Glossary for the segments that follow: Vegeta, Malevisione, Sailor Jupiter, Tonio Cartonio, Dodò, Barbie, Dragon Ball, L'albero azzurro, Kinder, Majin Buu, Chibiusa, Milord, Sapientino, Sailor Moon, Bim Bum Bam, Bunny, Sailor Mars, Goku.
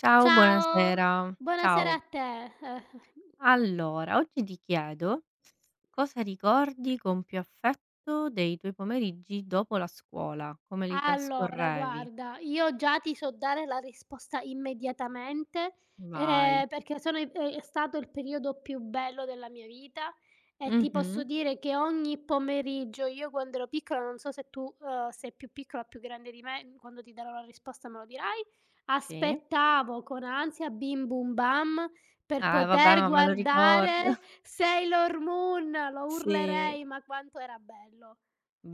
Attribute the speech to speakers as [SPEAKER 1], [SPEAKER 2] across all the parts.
[SPEAKER 1] Ciao,
[SPEAKER 2] Ciao,
[SPEAKER 1] buonasera.
[SPEAKER 2] buonasera a
[SPEAKER 1] Ciao.
[SPEAKER 2] te. Eh.
[SPEAKER 1] Allora, oggi ti chiedo cosa ricordi con più affetto dei tuoi pomeriggi dopo la scuola? Come li
[SPEAKER 2] Allora
[SPEAKER 1] trascorrevi?
[SPEAKER 2] guarda, io già ti so dare la risposta immediatamente,
[SPEAKER 1] Vai.
[SPEAKER 2] perché sono i è stato il periodo più bello della mia vita e ti posso
[SPEAKER 1] Mh-mh.
[SPEAKER 2] dire che ogni pomeriggio io quando ero piccola, non so se tu, sei più piccola o più grande di me, quando ti darò la risposta me lo dirai,
[SPEAKER 1] Sì.
[SPEAKER 2] aspettavo con ansia Bim Bum Bam per
[SPEAKER 1] Ah, vabbè,
[SPEAKER 2] poter
[SPEAKER 1] ma me lo ricordo.
[SPEAKER 2] guardare Sailor Moon, lo
[SPEAKER 1] Sì,
[SPEAKER 2] urlerei, ma quanto era bello.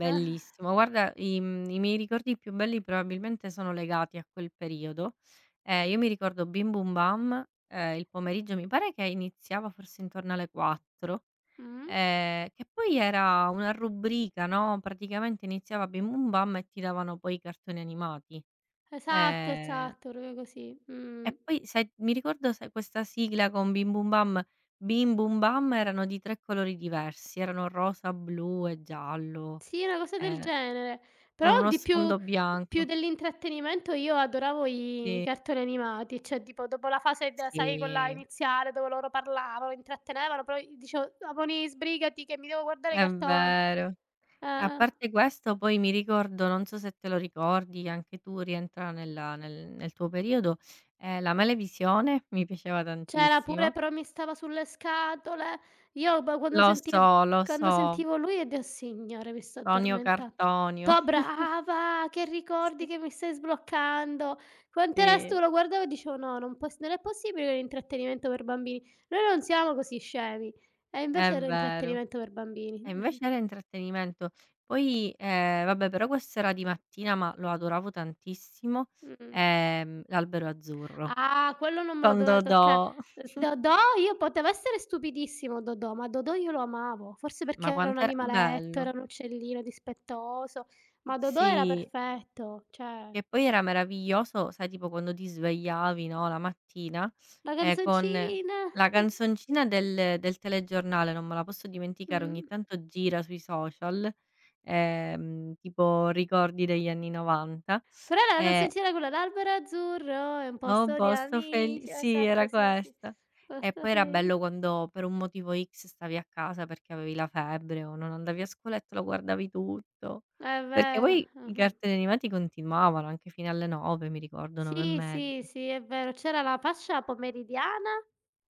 [SPEAKER 2] Mh.
[SPEAKER 1] Guarda, i miei ricordi più belli probabilmente sono legati a quel periodo. Io mi ricordo Bim Bum Bam, il pomeriggio mi pare che iniziava forse intorno alle 4.
[SPEAKER 2] Mh.
[SPEAKER 1] Che poi era una rubrica, no, praticamente iniziava Bim Bum Bam e ti davano poi i cartoni animati.
[SPEAKER 2] Esatto,
[SPEAKER 1] Ehm,
[SPEAKER 2] esatto, proprio così. Mh.
[SPEAKER 1] e poi sai mi ricordo sai questa sigla con Bim Bum Bam. Bim Bum Bam erano di 3 colori diversi, erano rosa, blu e giallo,
[SPEAKER 2] Sì, una cosa del
[SPEAKER 1] ehm,
[SPEAKER 2] genere.
[SPEAKER 1] con
[SPEAKER 2] Però
[SPEAKER 1] uno
[SPEAKER 2] di più
[SPEAKER 1] sfondo
[SPEAKER 2] più
[SPEAKER 1] bianco.
[SPEAKER 2] dell'intrattenimento io adoravo i
[SPEAKER 1] Sì,
[SPEAKER 2] cartoni animati, cioè tipo dopo la fase da sai quella
[SPEAKER 1] sì,
[SPEAKER 2] iniziale dove loro parlavano, intrattenevano, poi dicevo: "Aponi sbrigati che mi devo guardare i
[SPEAKER 1] è
[SPEAKER 2] cartoni."
[SPEAKER 1] vero. A
[SPEAKER 2] Eh.
[SPEAKER 1] parte questo poi mi ricordo, non so se te lo ricordi, anche tu rientra nel tuo periodo, la Malevisione mi piaceva
[SPEAKER 2] C'era pure
[SPEAKER 1] tantissimo.
[SPEAKER 2] però mi stava sulle scatole. Io ma quando senti
[SPEAKER 1] Lo
[SPEAKER 2] Quando
[SPEAKER 1] so,
[SPEAKER 2] sentivo lui e Dio: "Signore, mi sto
[SPEAKER 1] Tonio
[SPEAKER 2] addormentando".
[SPEAKER 1] Cartonio.
[SPEAKER 2] "To brava, che ricordi
[SPEAKER 1] Sì.
[SPEAKER 2] che mi stai sbloccando". Quant'era stu
[SPEAKER 1] Sì,
[SPEAKER 2] Lo guardavo e dicevo: "No, non è possibile che è un intrattenimento per bambini. Noi non siamo così scemi". E invece
[SPEAKER 1] è
[SPEAKER 2] era
[SPEAKER 1] vero.
[SPEAKER 2] intrattenimento per
[SPEAKER 1] E
[SPEAKER 2] bambini.
[SPEAKER 1] invece era intrattenimento. Poi, vabbè, però questo era di mattina, ma lo adoravo tantissimo,
[SPEAKER 2] Mh-mh.
[SPEAKER 1] L'albero azzurro
[SPEAKER 2] Ah, quello non me lo
[SPEAKER 1] con
[SPEAKER 2] doveva tocca.
[SPEAKER 1] Dodò.
[SPEAKER 2] S Dodò, io poteva essere stupidissimo Dodò, ma Dodò io lo amavo, forse perché
[SPEAKER 1] Ma
[SPEAKER 2] era un
[SPEAKER 1] quanto era
[SPEAKER 2] animaletto, era
[SPEAKER 1] bello.
[SPEAKER 2] un uccellino dispettoso, ma Dodò era
[SPEAKER 1] Sì.
[SPEAKER 2] perfetto, cioè
[SPEAKER 1] Che poi era meraviglioso, sai, tipo quando ti svegliavi, no, la mattina,
[SPEAKER 2] la
[SPEAKER 1] con
[SPEAKER 2] canzoncina,
[SPEAKER 1] la canzoncina del telegiornale, non me la posso dimenticare, ogni
[SPEAKER 2] mh.
[SPEAKER 1] tanto gira sui social, tipo ricordi degli anni '90.
[SPEAKER 2] Però era la
[SPEAKER 1] Ehm
[SPEAKER 2] canzoncina quella, l'albero azzurro è un
[SPEAKER 1] No
[SPEAKER 2] posto di
[SPEAKER 1] posto fel
[SPEAKER 2] amici,
[SPEAKER 1] Sì,
[SPEAKER 2] esatto,
[SPEAKER 1] era
[SPEAKER 2] sì, sì,
[SPEAKER 1] questa. E
[SPEAKER 2] posto
[SPEAKER 1] poi era bello
[SPEAKER 2] feli
[SPEAKER 1] quando per un motivo X stavi a casa perché avevi la febbre o non andavi a scuola e te lo guardavi tutto.
[SPEAKER 2] è
[SPEAKER 1] Perché
[SPEAKER 2] vero,
[SPEAKER 1] poi i
[SPEAKER 2] mh-mh.
[SPEAKER 1] cartoni animati continuavano anche fino alle 9 mi ricordo, 9 e
[SPEAKER 2] Sì, sì,
[SPEAKER 1] mezzo.
[SPEAKER 2] sì, è vero. C'era la fascia pomeridiana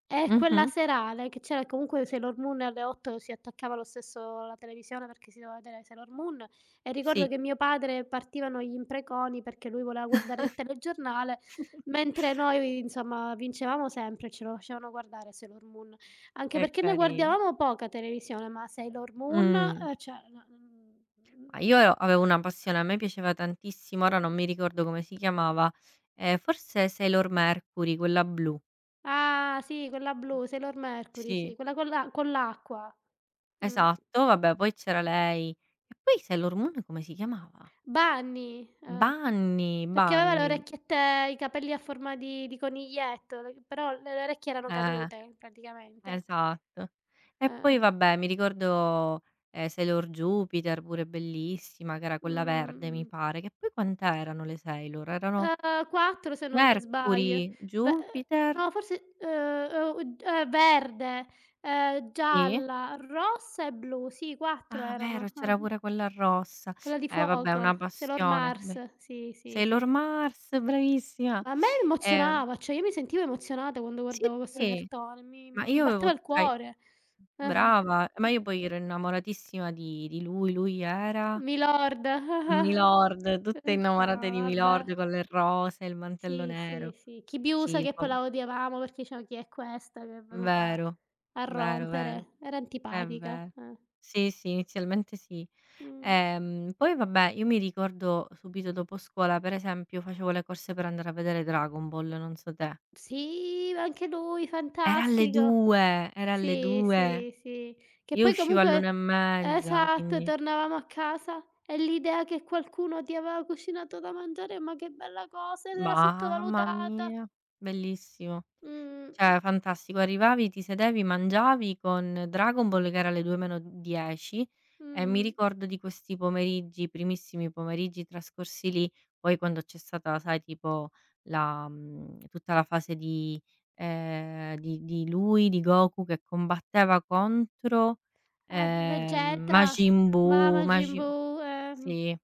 [SPEAKER 2] e quella
[SPEAKER 1] Mh-mh.
[SPEAKER 2] serale, che c'era comunque Sailor Moon alle 8, si attaccava lo stesso la televisione perché si doveva vedere Sailor Moon e ricordo
[SPEAKER 1] Sì.
[SPEAKER 2] che mio padre partivano gli impreconi perché lui voleva guardare il telegiornale, mentre noi insomma vincevamo sempre, ce lo facevano guardare Sailor Moon. Anche
[SPEAKER 1] è
[SPEAKER 2] perché noi
[SPEAKER 1] cari
[SPEAKER 2] guardavamo poca televisione, ma Sailor Moon,
[SPEAKER 1] mh.
[SPEAKER 2] cioè no, mhmm
[SPEAKER 1] Ma io avevo una passione, a me piaceva tantissimo, ora non mi ricordo come si chiamava, forse Sailor Mercury, quella blu.
[SPEAKER 2] ah, sì, quella blu, Sailor Mercury, sì,
[SPEAKER 1] Sì.
[SPEAKER 2] quella con l'acqua. Mh.
[SPEAKER 1] Esatto, vabbè, poi c'era lei. E poi Sailor Moon come si chiamava?
[SPEAKER 2] Bunny, eh.
[SPEAKER 1] Bunny,
[SPEAKER 2] Perché aveva le
[SPEAKER 1] Bunny,
[SPEAKER 2] orecchiette i capelli a forma di coniglietto, le però le orecchie erano
[SPEAKER 1] eh,
[SPEAKER 2] cadute praticamente.
[SPEAKER 1] esatto. E
[SPEAKER 2] Eh.
[SPEAKER 1] poi vabbè mi ricordo, Sailor Jupiter pure bellissima, che era
[SPEAKER 2] Mh,
[SPEAKER 1] quella verde mi
[SPEAKER 2] mh.
[SPEAKER 1] pare, che poi quant'erano le Sailor? Erano
[SPEAKER 2] 4 se non mi sbaglio.
[SPEAKER 1] Mercury,
[SPEAKER 2] Ve
[SPEAKER 1] Jupiter,
[SPEAKER 2] No forse, verde,
[SPEAKER 1] sì?
[SPEAKER 2] gialla, rossa e blu, sì 4
[SPEAKER 1] Ah, vero,
[SPEAKER 2] erano. Ah-ah.
[SPEAKER 1] c'era pure quella rossa.
[SPEAKER 2] Quella di
[SPEAKER 1] Eh, vabbè,
[SPEAKER 2] fuoco,
[SPEAKER 1] una
[SPEAKER 2] Sailor
[SPEAKER 1] passione. Beh,
[SPEAKER 2] Mars, sì, sì, sì.
[SPEAKER 1] Sailor Mars, bravissima.
[SPEAKER 2] Ma a me
[SPEAKER 1] Ehm
[SPEAKER 2] emozionava, cioè io mi sentivo emozionata quando
[SPEAKER 1] sì,
[SPEAKER 2] guardavo questo
[SPEAKER 1] sì,
[SPEAKER 2] cartone, mi
[SPEAKER 1] ma
[SPEAKER 2] mi
[SPEAKER 1] io
[SPEAKER 2] batteva
[SPEAKER 1] avevo,
[SPEAKER 2] il
[SPEAKER 1] cioè.
[SPEAKER 2] cuore. Ah,
[SPEAKER 1] Brava, ma io poi ero innamoratissima di lui, lui era
[SPEAKER 2] Milord.
[SPEAKER 1] Milord, tutte
[SPEAKER 2] No,
[SPEAKER 1] innamorate di
[SPEAKER 2] vabbè.
[SPEAKER 1] Milord con le rose, il mantello
[SPEAKER 2] Sì, sì,
[SPEAKER 1] nero.
[SPEAKER 2] sì.
[SPEAKER 1] Sì.
[SPEAKER 2] Chibiusa
[SPEAKER 1] il
[SPEAKER 2] che poi
[SPEAKER 1] pom
[SPEAKER 2] la odiavamo perché dicevamo: "Chi è questa che è venuta
[SPEAKER 1] Vero,
[SPEAKER 2] a
[SPEAKER 1] vero, vero,
[SPEAKER 2] rompere?" Era
[SPEAKER 1] è
[SPEAKER 2] antipatica,
[SPEAKER 1] vero.
[SPEAKER 2] eh.
[SPEAKER 1] Sì, sì, inizialmente sì.
[SPEAKER 2] Mh.
[SPEAKER 1] Poi vabbè, io mi ricordo subito dopo scuola, per esempio, facevo le corse per andare a vedere Dragon Ball, non so te.
[SPEAKER 2] Sì, anche lui
[SPEAKER 1] Era alle
[SPEAKER 2] fantastico.
[SPEAKER 1] 2, era alle
[SPEAKER 2] Sì,
[SPEAKER 1] 2.
[SPEAKER 2] sì, sì. Che
[SPEAKER 1] Io
[SPEAKER 2] poi
[SPEAKER 1] uscivo all'una e
[SPEAKER 2] comunque
[SPEAKER 1] mezza,
[SPEAKER 2] esatto,
[SPEAKER 1] quindi
[SPEAKER 2] tornavamo a casa e l'idea che qualcuno ti aveva cucinato da mangiare, ma che bella cosa, ed era
[SPEAKER 1] mamma
[SPEAKER 2] sottovalutata.
[SPEAKER 1] mia, bellissimo.
[SPEAKER 2] Mh,
[SPEAKER 1] Cioè fantastico, arrivavi, ti sedevi, mangiavi con Dragon Ball che era alle 2 meno 10 e mi
[SPEAKER 2] mh.
[SPEAKER 1] ricordo di questi pomeriggi, primissimi pomeriggi trascorsi lì, poi quando c'è stata, sai, tipo la tutta la fase di lui, di Goku che combatteva contro,
[SPEAKER 2] Eh, Vegeta,
[SPEAKER 1] Majin
[SPEAKER 2] mamma
[SPEAKER 1] Buu,
[SPEAKER 2] Majin
[SPEAKER 1] Maji
[SPEAKER 2] Buu.
[SPEAKER 1] sì, eh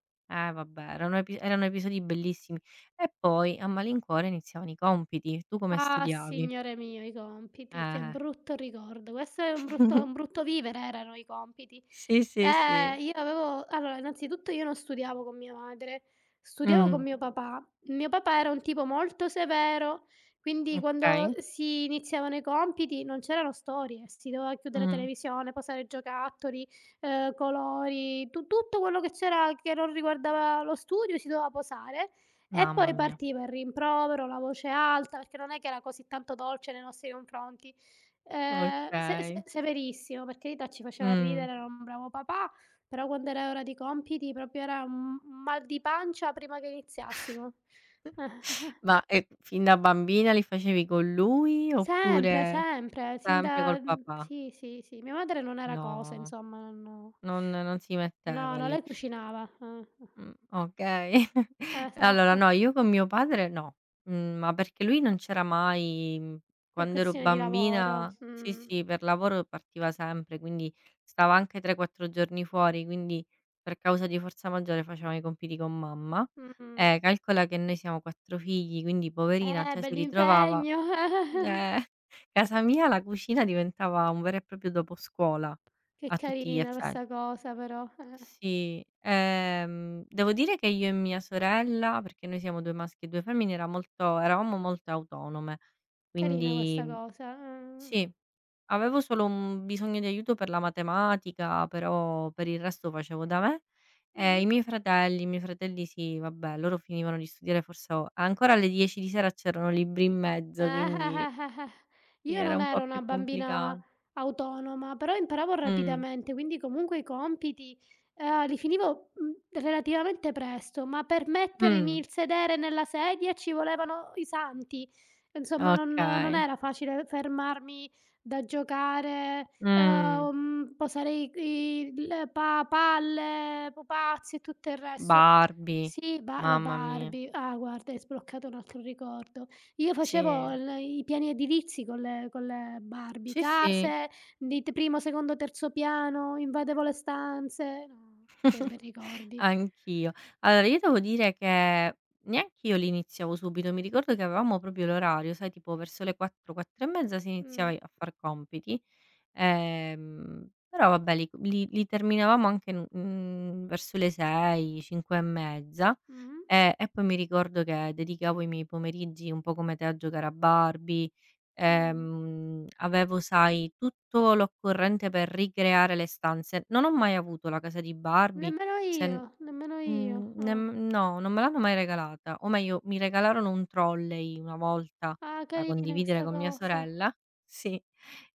[SPEAKER 1] vabbè, erano episodi bellissimi. E poi a malincuore iniziavano i compiti. Tu come
[SPEAKER 2] Ah,
[SPEAKER 1] studiavi?
[SPEAKER 2] signore mio, i compiti, che
[SPEAKER 1] Eh.
[SPEAKER 2] brutto ricordo. Questo è un brutto un brutto vivere erano i compiti.
[SPEAKER 1] Sì, sì, sì.
[SPEAKER 2] Io avevo allora innanzitutto io non studiavo con mia madre, studiavo con
[SPEAKER 1] Mh,
[SPEAKER 2] mio papà. Mio papà era un tipo molto severo, quindi quando
[SPEAKER 1] okay.
[SPEAKER 2] si iniziavano i compiti non c'erano storie, si doveva chiudere
[SPEAKER 1] Mh.
[SPEAKER 2] televisione, posare giocattoli, colori, tu tutto quello che c'era che non riguardava lo studio si doveva posare e
[SPEAKER 1] Mamma
[SPEAKER 2] poi
[SPEAKER 1] mia.
[SPEAKER 2] partiva il rimprovero, la voce alta, perché non è che era così tanto dolce nei nostri confronti. Se
[SPEAKER 1] Okay.
[SPEAKER 2] severissimo, per carità ci faceva
[SPEAKER 1] Mh.
[SPEAKER 2] ridere, era un bravo papà, però quando era ora di compiti proprio era un mal di pancia prima che iniziassimo.
[SPEAKER 1] Ma, fin da bambina li facevi con lui
[SPEAKER 2] Sempre,
[SPEAKER 1] oppure.
[SPEAKER 2] sempre, sin
[SPEAKER 1] Sempre
[SPEAKER 2] da
[SPEAKER 1] col papà.
[SPEAKER 2] sì, sì, sì. Mia madre non era cosa,
[SPEAKER 1] No,
[SPEAKER 2] insomma, non.
[SPEAKER 1] non si
[SPEAKER 2] No, no,
[SPEAKER 1] metteva
[SPEAKER 2] no,
[SPEAKER 1] lì.
[SPEAKER 2] lei cucinava.
[SPEAKER 1] Okay. Allora,
[SPEAKER 2] Esatto,
[SPEAKER 1] no, io con mio padre no, ma perché lui non c'era mai,
[SPEAKER 2] per
[SPEAKER 1] quando ero
[SPEAKER 2] questione di lavoro.
[SPEAKER 1] bambina sì,
[SPEAKER 2] Mh.
[SPEAKER 1] sì, per lavoro partiva sempre, quindi stava anche 3, 4 giorni fuori, quindi per causa di forza maggiore facevamo i compiti con mamma.
[SPEAKER 2] Mh-mh.
[SPEAKER 1] Calcola che noi siamo 4 figli, quindi poverina, cioè si ritrovava,
[SPEAKER 2] Bell'impegno.
[SPEAKER 1] eh. Casa mia, la cucina diventava un vero e proprio doposcuola
[SPEAKER 2] Che
[SPEAKER 1] a tutti gli
[SPEAKER 2] carina
[SPEAKER 1] effe
[SPEAKER 2] questa cosa però. Eh.
[SPEAKER 1] Sì, devo dire che io e mia sorella, perché noi siamo 2 maschi e 2 femmine, eravamo molto autonome.
[SPEAKER 2] Carina
[SPEAKER 1] Quindi
[SPEAKER 2] questa cosa, ah.
[SPEAKER 1] sì, avevo solo un bisogno di aiuto per la matematica, però per il resto facevo da me. E
[SPEAKER 2] Mh-mh.
[SPEAKER 1] i miei fratelli sì, vabbè, loro finivano di studiare forse o ancora alle 10 di sera c'erano libri in mezzo, quindi
[SPEAKER 2] Eh.
[SPEAKER 1] sì,
[SPEAKER 2] Io
[SPEAKER 1] era
[SPEAKER 2] non
[SPEAKER 1] un po'
[SPEAKER 2] ero una
[SPEAKER 1] più complica.
[SPEAKER 2] bambina autonoma, però imparavo
[SPEAKER 1] Mh,
[SPEAKER 2] rapidamente, quindi comunque i compiti, li finivo, relativamente presto, ma per mettermi
[SPEAKER 1] mh,
[SPEAKER 2] il sedere nella sedia ci volevano i santi. Insomma non
[SPEAKER 1] okay,
[SPEAKER 2] era facile fermarmi da giocare,
[SPEAKER 1] mh.
[SPEAKER 2] posare i i le pa palle, pupazzi e tutto il resto.
[SPEAKER 1] Barbie,
[SPEAKER 2] Sì, ba le
[SPEAKER 1] mamma mia.
[SPEAKER 2] Barbie. Ah guarda, hai sbloccato un altro ricordo. Io
[SPEAKER 1] Sì,
[SPEAKER 2] facevo l i piani edilizi con le Barbie,
[SPEAKER 1] sì, sì,
[SPEAKER 2] case di t primo, secondo, terzo piano, invadevo le stanze. No, che bei ricordi.
[SPEAKER 1] anch'io. Allora, io devo dire che neanch'io li iniziavo subito, mi ricordo che avevamo proprio l'orario, sai, tipo verso le 4, 4 e mezza si
[SPEAKER 2] Mh.
[SPEAKER 1] iniziava i a far compiti. Però vabbè li terminavamo anche, verso le 6, 5 e mezza,
[SPEAKER 2] Mh-mh.
[SPEAKER 1] e poi mi ricordo che dedicavo i miei pomeriggi un po' come te a giocare a Barbie,
[SPEAKER 2] Mh.
[SPEAKER 1] avevo, sai, tutto l'occorrente per ricreare le stanze. Non ho mai avuto la casa di Barbie,
[SPEAKER 2] Nemmeno
[SPEAKER 1] se
[SPEAKER 2] io,
[SPEAKER 1] n
[SPEAKER 2] nemmeno io.
[SPEAKER 1] Mhmm,
[SPEAKER 2] Ah.
[SPEAKER 1] nem no, non me l'hanno mai regalata, o meglio mi regalarono un trolley una volta
[SPEAKER 2] Ah,
[SPEAKER 1] da
[SPEAKER 2] carina
[SPEAKER 1] condividere
[SPEAKER 2] questa
[SPEAKER 1] con mia
[SPEAKER 2] cosa.
[SPEAKER 1] sorella, sì,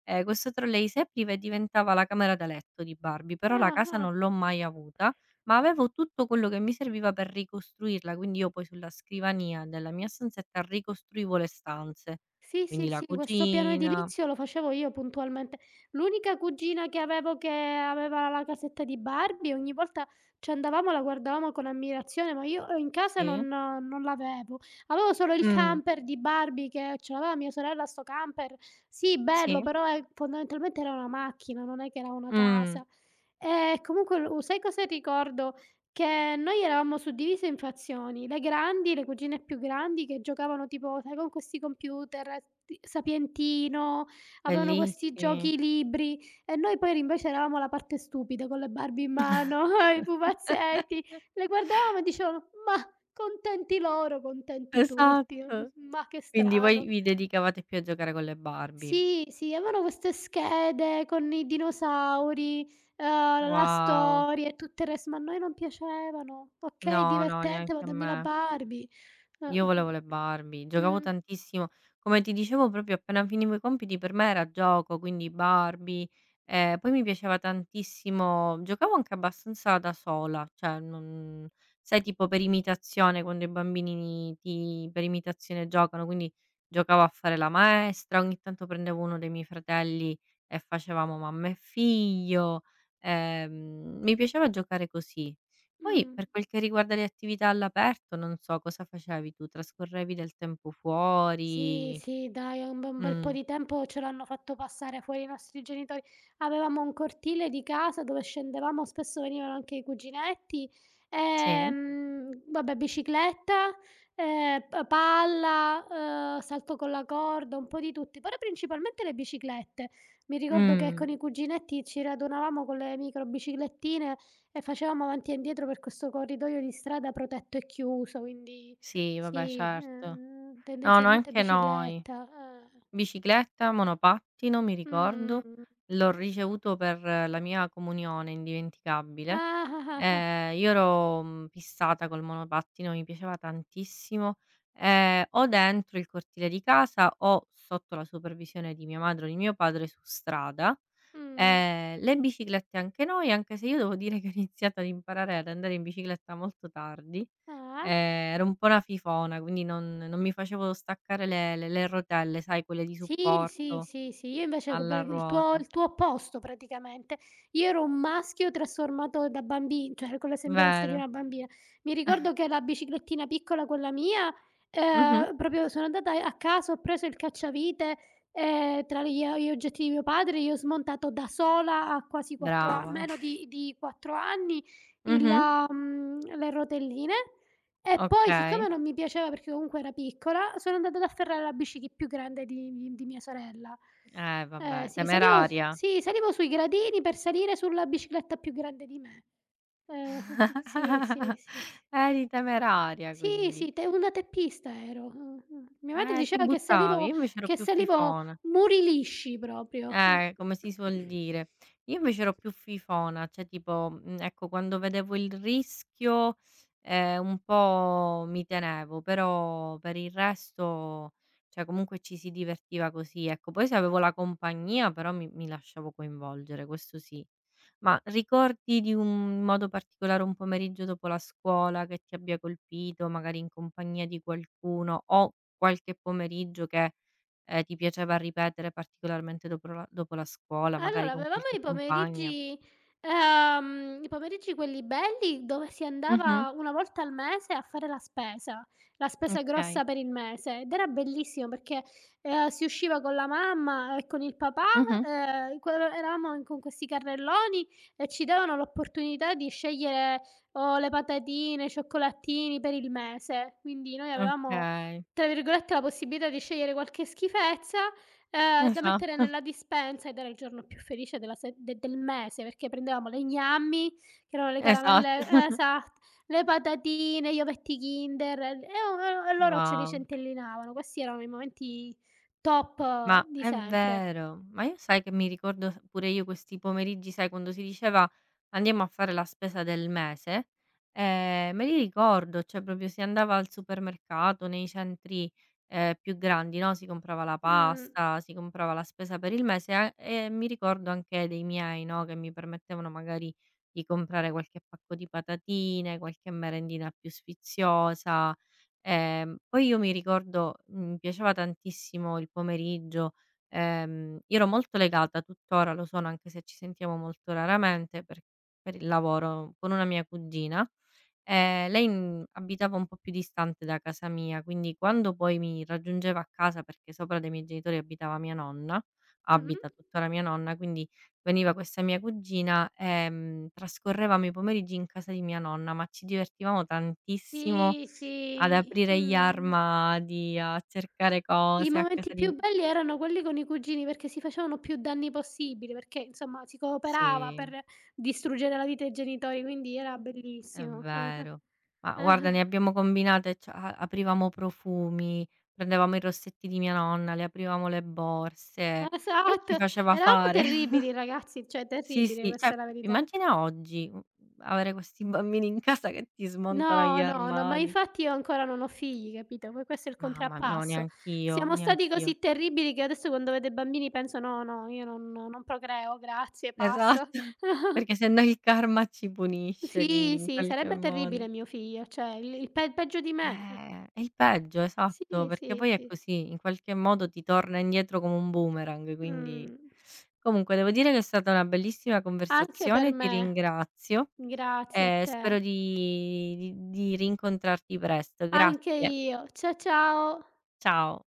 [SPEAKER 1] questo trolley si apriva e diventava la camera da letto di Barbie, però la
[SPEAKER 2] Ah,
[SPEAKER 1] casa
[SPEAKER 2] ah.
[SPEAKER 1] non l'ho mai avuta, ma avevo tutto quello che mi serviva per ricostruirla, quindi io poi sulla scrivania della mia stanzetta ricostruivo le stanze,
[SPEAKER 2] Sì, sì,
[SPEAKER 1] quindi la
[SPEAKER 2] sì, questo piano
[SPEAKER 1] cucina,
[SPEAKER 2] edilizio lo facevo io puntualmente. L'unica cugina che avevo che aveva la casetta di Barbie, ogni volta ci andavamo, la guardavamo con ammirazione, ma io in casa
[SPEAKER 1] sì,
[SPEAKER 2] non l'avevo. Avevo solo il
[SPEAKER 1] mh,
[SPEAKER 2] camper di Barbie che ce l'aveva mia sorella sto camper. Sì, bello,
[SPEAKER 1] sì,
[SPEAKER 2] però, fondamentalmente era una macchina, non è che era una
[SPEAKER 1] mh,
[SPEAKER 2] casa. E comunque lo sai cosa ricordo? Che noi eravamo suddivise in frazioni, le grandi, le cugine più grandi che giocavano tipo, sai, con questi computer, ti sapientino, avevano questi
[SPEAKER 1] bellissimi.
[SPEAKER 2] giochi libri e noi poi invece eravamo la parte stupida con le Barbie in mano, i pupazzetti, le guardavamo e dicevamo: "Mah, contenti loro, contenti tutti.
[SPEAKER 1] Esatto.
[SPEAKER 2] Ma che
[SPEAKER 1] Quindi voi
[SPEAKER 2] strano".
[SPEAKER 1] vi dedicavate più a giocare con le Barbie.
[SPEAKER 2] Sì, sì, avevano queste schede con i dinosauri, la
[SPEAKER 1] Wow.
[SPEAKER 2] storia e tutto il resto, ma a noi non piacevano. Okay,
[SPEAKER 1] No, no,
[SPEAKER 2] divertente, ma
[SPEAKER 1] neanche a
[SPEAKER 2] dammi la
[SPEAKER 1] me.
[SPEAKER 2] Barbie.
[SPEAKER 1] Io
[SPEAKER 2] Ehm,
[SPEAKER 1] volevo le Barbie, giocavo tantissimo. Come ti dicevo, proprio appena finivo i compiti per me era gioco, quindi Barbie, poi mi piaceva tantissimo, giocavo anche abbastanza da sola, cioè non sai, tipo per imitazione, quando i bambini ti per imitazione giocano, quindi giocavo a fare la maestra, ogni tanto prendevo uno dei miei fratelli e facevamo mamma e figlio. Mi piaceva giocare così.
[SPEAKER 2] mh,
[SPEAKER 1] Poi
[SPEAKER 2] mh.
[SPEAKER 1] per quel che riguarda le attività all'aperto, non so, cosa facevi tu? Trascorrevi del tempo
[SPEAKER 2] Sì,
[SPEAKER 1] fuori?
[SPEAKER 2] sì, dai, un bel po'
[SPEAKER 1] Mh,
[SPEAKER 2] di tempo ce l'hanno fatto passare fuori i nostri genitori. Avevamo un cortile di casa dove scendevamo, spesso venivano anche i cuginetti,
[SPEAKER 1] sì?
[SPEAKER 2] vabbè bicicletta, p palla, salto con la corda, un po' di tutti, però principalmente le biciclette. Mi ricordo che
[SPEAKER 1] Mh,
[SPEAKER 2] con i cuginetti ci radunavamo con le micro biciclettine e facevamo avanti e indietro per questo corridoio di strada protetto e chiuso, quindi
[SPEAKER 1] sì, vabbè,
[SPEAKER 2] sì,
[SPEAKER 1] certo. No, no,
[SPEAKER 2] tendenzialmente
[SPEAKER 1] anche noi.
[SPEAKER 2] bicicletta, eh.
[SPEAKER 1] Bicicletta, monopattino mi ricordo,
[SPEAKER 2] Mh.
[SPEAKER 1] l'ho ricevuto per la mia comunione, indimenticabile.
[SPEAKER 2] Ah, ah, ah, ah.
[SPEAKER 1] Io ero, fissata col monopattino, mi piaceva tantissimo, o dentro il cortile di casa o sotto la supervisione di mia madre o di mio padre su strada.
[SPEAKER 2] Mh.
[SPEAKER 1] Le biciclette anche noi, anche se io devo dire che ho iniziato ad imparare ad andare in bicicletta molto tardi.
[SPEAKER 2] Ah.
[SPEAKER 1] Ero un po' una fifona, quindi non mi facevo staccare le rotelle, sai, quelle di
[SPEAKER 2] Sì, sì,
[SPEAKER 1] supporto
[SPEAKER 2] sì, sì. Io invece co
[SPEAKER 1] alla
[SPEAKER 2] per
[SPEAKER 1] ruota.
[SPEAKER 2] il tuo opposto praticamente. Io ero un maschio trasformato da bambi cioè con le sembianze di
[SPEAKER 1] Vero.
[SPEAKER 2] una bambina. Mi ricordo che la biciclettina piccola, quella mia,
[SPEAKER 1] Mh-mh.
[SPEAKER 2] proprio sono andata a casa, ho preso il cacciavite, tra gli oggetti di mio padre, io ho smontato da sola a quasi 4, a
[SPEAKER 1] Brava.
[SPEAKER 2] meno di 4 anni, il
[SPEAKER 1] Mh-mh.
[SPEAKER 2] le rotelline e poi siccome
[SPEAKER 1] Okay.
[SPEAKER 2] non mi piaceva perché comunque era piccola, sono andata ad afferrare la bici che più grande di mia sorella.
[SPEAKER 1] Eh,
[SPEAKER 2] Eh
[SPEAKER 1] vabbè,
[SPEAKER 2] sì,
[SPEAKER 1] temeraria.
[SPEAKER 2] salivo sui gradini per salire sulla bicicletta più grande di me. Eh, sì, sì, sì, sì.
[SPEAKER 1] Eri temeraria
[SPEAKER 2] Sì,
[SPEAKER 1] quindi.
[SPEAKER 2] sì, te una teppista ero. Mia madre
[SPEAKER 1] Ti
[SPEAKER 2] diceva che
[SPEAKER 1] buttavi,
[SPEAKER 2] salivo
[SPEAKER 1] io invece ero
[SPEAKER 2] che
[SPEAKER 1] più
[SPEAKER 2] salivo
[SPEAKER 1] fifona.
[SPEAKER 2] muri lisci proprio.
[SPEAKER 1] Come si suol
[SPEAKER 2] Mh.
[SPEAKER 1] dire. Io invece ero più fifona, cioè tipo, ecco, quando vedevo il rischio, un po' mi tenevo, però per il resto, cioè comunque ci si divertiva così, ecco. Poi se avevo la compagnia però mi lasciavo coinvolgere, questo sì. Ma ricordi di un modo particolare, un pomeriggio dopo la scuola che ti abbia colpito, magari in compagnia di qualcuno o qualche pomeriggio che. Ti piaceva ripetere particolarmente dopo la scuola, magari
[SPEAKER 2] Allora,
[SPEAKER 1] con
[SPEAKER 2] avevamo
[SPEAKER 1] qualche compagna.
[SPEAKER 2] i pomeriggi quelli belli dove si
[SPEAKER 1] Mh-mh,
[SPEAKER 2] andava una volta al mese a fare la spesa
[SPEAKER 1] okay.
[SPEAKER 2] grossa per il mese ed era bellissimo perché, si usciva con la mamma e con il papà,
[SPEAKER 1] Mh-mh,
[SPEAKER 2] que eravamo in con questi carrelloni e ci davano l'opportunità di scegliere o le patatine, i cioccolatini per il mese. Quindi noi avevamo,
[SPEAKER 1] okay.
[SPEAKER 2] tra virgolette, la possibilità di scegliere qualche schifezza. Da mettere
[SPEAKER 1] Esatto,
[SPEAKER 2] nella dispensa ed era il giorno più felice della se de del mese, perché prendevamo le gnammi, che erano le
[SPEAKER 1] esatto.
[SPEAKER 2] caramelle, esatt le patatine, gli ovetti Kinder e loro ce li
[SPEAKER 1] Wow.
[SPEAKER 2] centellinavano. Questi erano i momenti top
[SPEAKER 1] Ma
[SPEAKER 2] di
[SPEAKER 1] è
[SPEAKER 2] sempre.
[SPEAKER 1] vero, ma io sai che mi ricordo s pure io questi pomeriggi, sai, quando si diceva: "Andiamo a fare la spesa del mese", me li ricordo, cioè proprio si andava al supermercato, nei centri, più grandi, no, si comprava la
[SPEAKER 2] Mh.
[SPEAKER 1] pasta, si comprava la spesa per il mese a e mi ricordo anche dei miei, no, che mi permettevano magari di comprare qualche pacco di patatine, qualche merendina più sfiziosa. Poi io mi ricordo, mi piaceva tantissimo il pomeriggio, io ero molto legata, tuttora lo sono, anche se ci sentiamo molto raramente per il lavoro, con una mia cugina. Lei abitava un po' più distante da casa mia, quindi quando poi mi raggiungeva a casa, perché sopra dei miei genitori abitava mia nonna,
[SPEAKER 2] Mh-mh.
[SPEAKER 1] abita tuttora mia nonna, quindi veniva questa mia cugina, trascorrevamo i pomeriggi in casa di mia nonna, ma ci divertivamo tantissimo
[SPEAKER 2] Sì,
[SPEAKER 1] ad
[SPEAKER 2] sì.
[SPEAKER 1] aprire gli
[SPEAKER 2] Mh.
[SPEAKER 1] armadi, a cercare
[SPEAKER 2] I
[SPEAKER 1] cose a
[SPEAKER 2] momenti
[SPEAKER 1] casa di,
[SPEAKER 2] più belli erano quelli con i cugini, perché si facevano più danni possibili, perché insomma si cooperava
[SPEAKER 1] sì.
[SPEAKER 2] per distruggere la vita ai genitori, quindi era
[SPEAKER 1] Mh. È
[SPEAKER 2] bellissimo.
[SPEAKER 1] vero. Ma guarda ne abbiamo combinate, cioè a aprivamo profumi, prendevamo i rossetti di mia nonna, le aprivamo le borse.
[SPEAKER 2] Ah-ah.
[SPEAKER 1] Lei ci
[SPEAKER 2] Esatto,
[SPEAKER 1] faceva
[SPEAKER 2] eravamo
[SPEAKER 1] fare
[SPEAKER 2] terribili ragazzi, cioè
[SPEAKER 1] sì,
[SPEAKER 2] terribile,
[SPEAKER 1] sì,
[SPEAKER 2] questa
[SPEAKER 1] cioè
[SPEAKER 2] è la verità.
[SPEAKER 1] immagina oggi, avere questi bambini in casa che ti smontano gli
[SPEAKER 2] No, no, no, ma
[SPEAKER 1] armadi.
[SPEAKER 2] infatti io ancora non ho figli, capito? Questo è il
[SPEAKER 1] Mamma, no,
[SPEAKER 2] contrappasso.
[SPEAKER 1] neanch'io,
[SPEAKER 2] Siamo stati
[SPEAKER 1] neanch'io.
[SPEAKER 2] così terribili che adesso quando vedo i bambini penso: "No, no, io non procreo, grazie,
[SPEAKER 1] Esatto.
[SPEAKER 2] passo."
[SPEAKER 1] Perché se no il karma ci punisce, quindi
[SPEAKER 2] Sì,
[SPEAKER 1] in
[SPEAKER 2] sì,
[SPEAKER 1] qualche
[SPEAKER 2] sarebbe
[SPEAKER 1] modo.
[SPEAKER 2] terribile mio figlio, cioè il pe peggio di me.
[SPEAKER 1] È il peggio, esatto,
[SPEAKER 2] Sì,
[SPEAKER 1] perché
[SPEAKER 2] sì,
[SPEAKER 1] poi è
[SPEAKER 2] sì.
[SPEAKER 1] così, in qualche modo ti torna indietro come un boomerang, quindi
[SPEAKER 2] Mh.
[SPEAKER 1] comunque devo dire che è stata una bellissima
[SPEAKER 2] Anche per
[SPEAKER 1] conversazione, ti
[SPEAKER 2] me.
[SPEAKER 1] ringrazio
[SPEAKER 2] Grazie a
[SPEAKER 1] e
[SPEAKER 2] te.
[SPEAKER 1] spero di rincontrarti presto.
[SPEAKER 2] Anche
[SPEAKER 1] Grazie.
[SPEAKER 2] io. Ciao.
[SPEAKER 1] Ciao.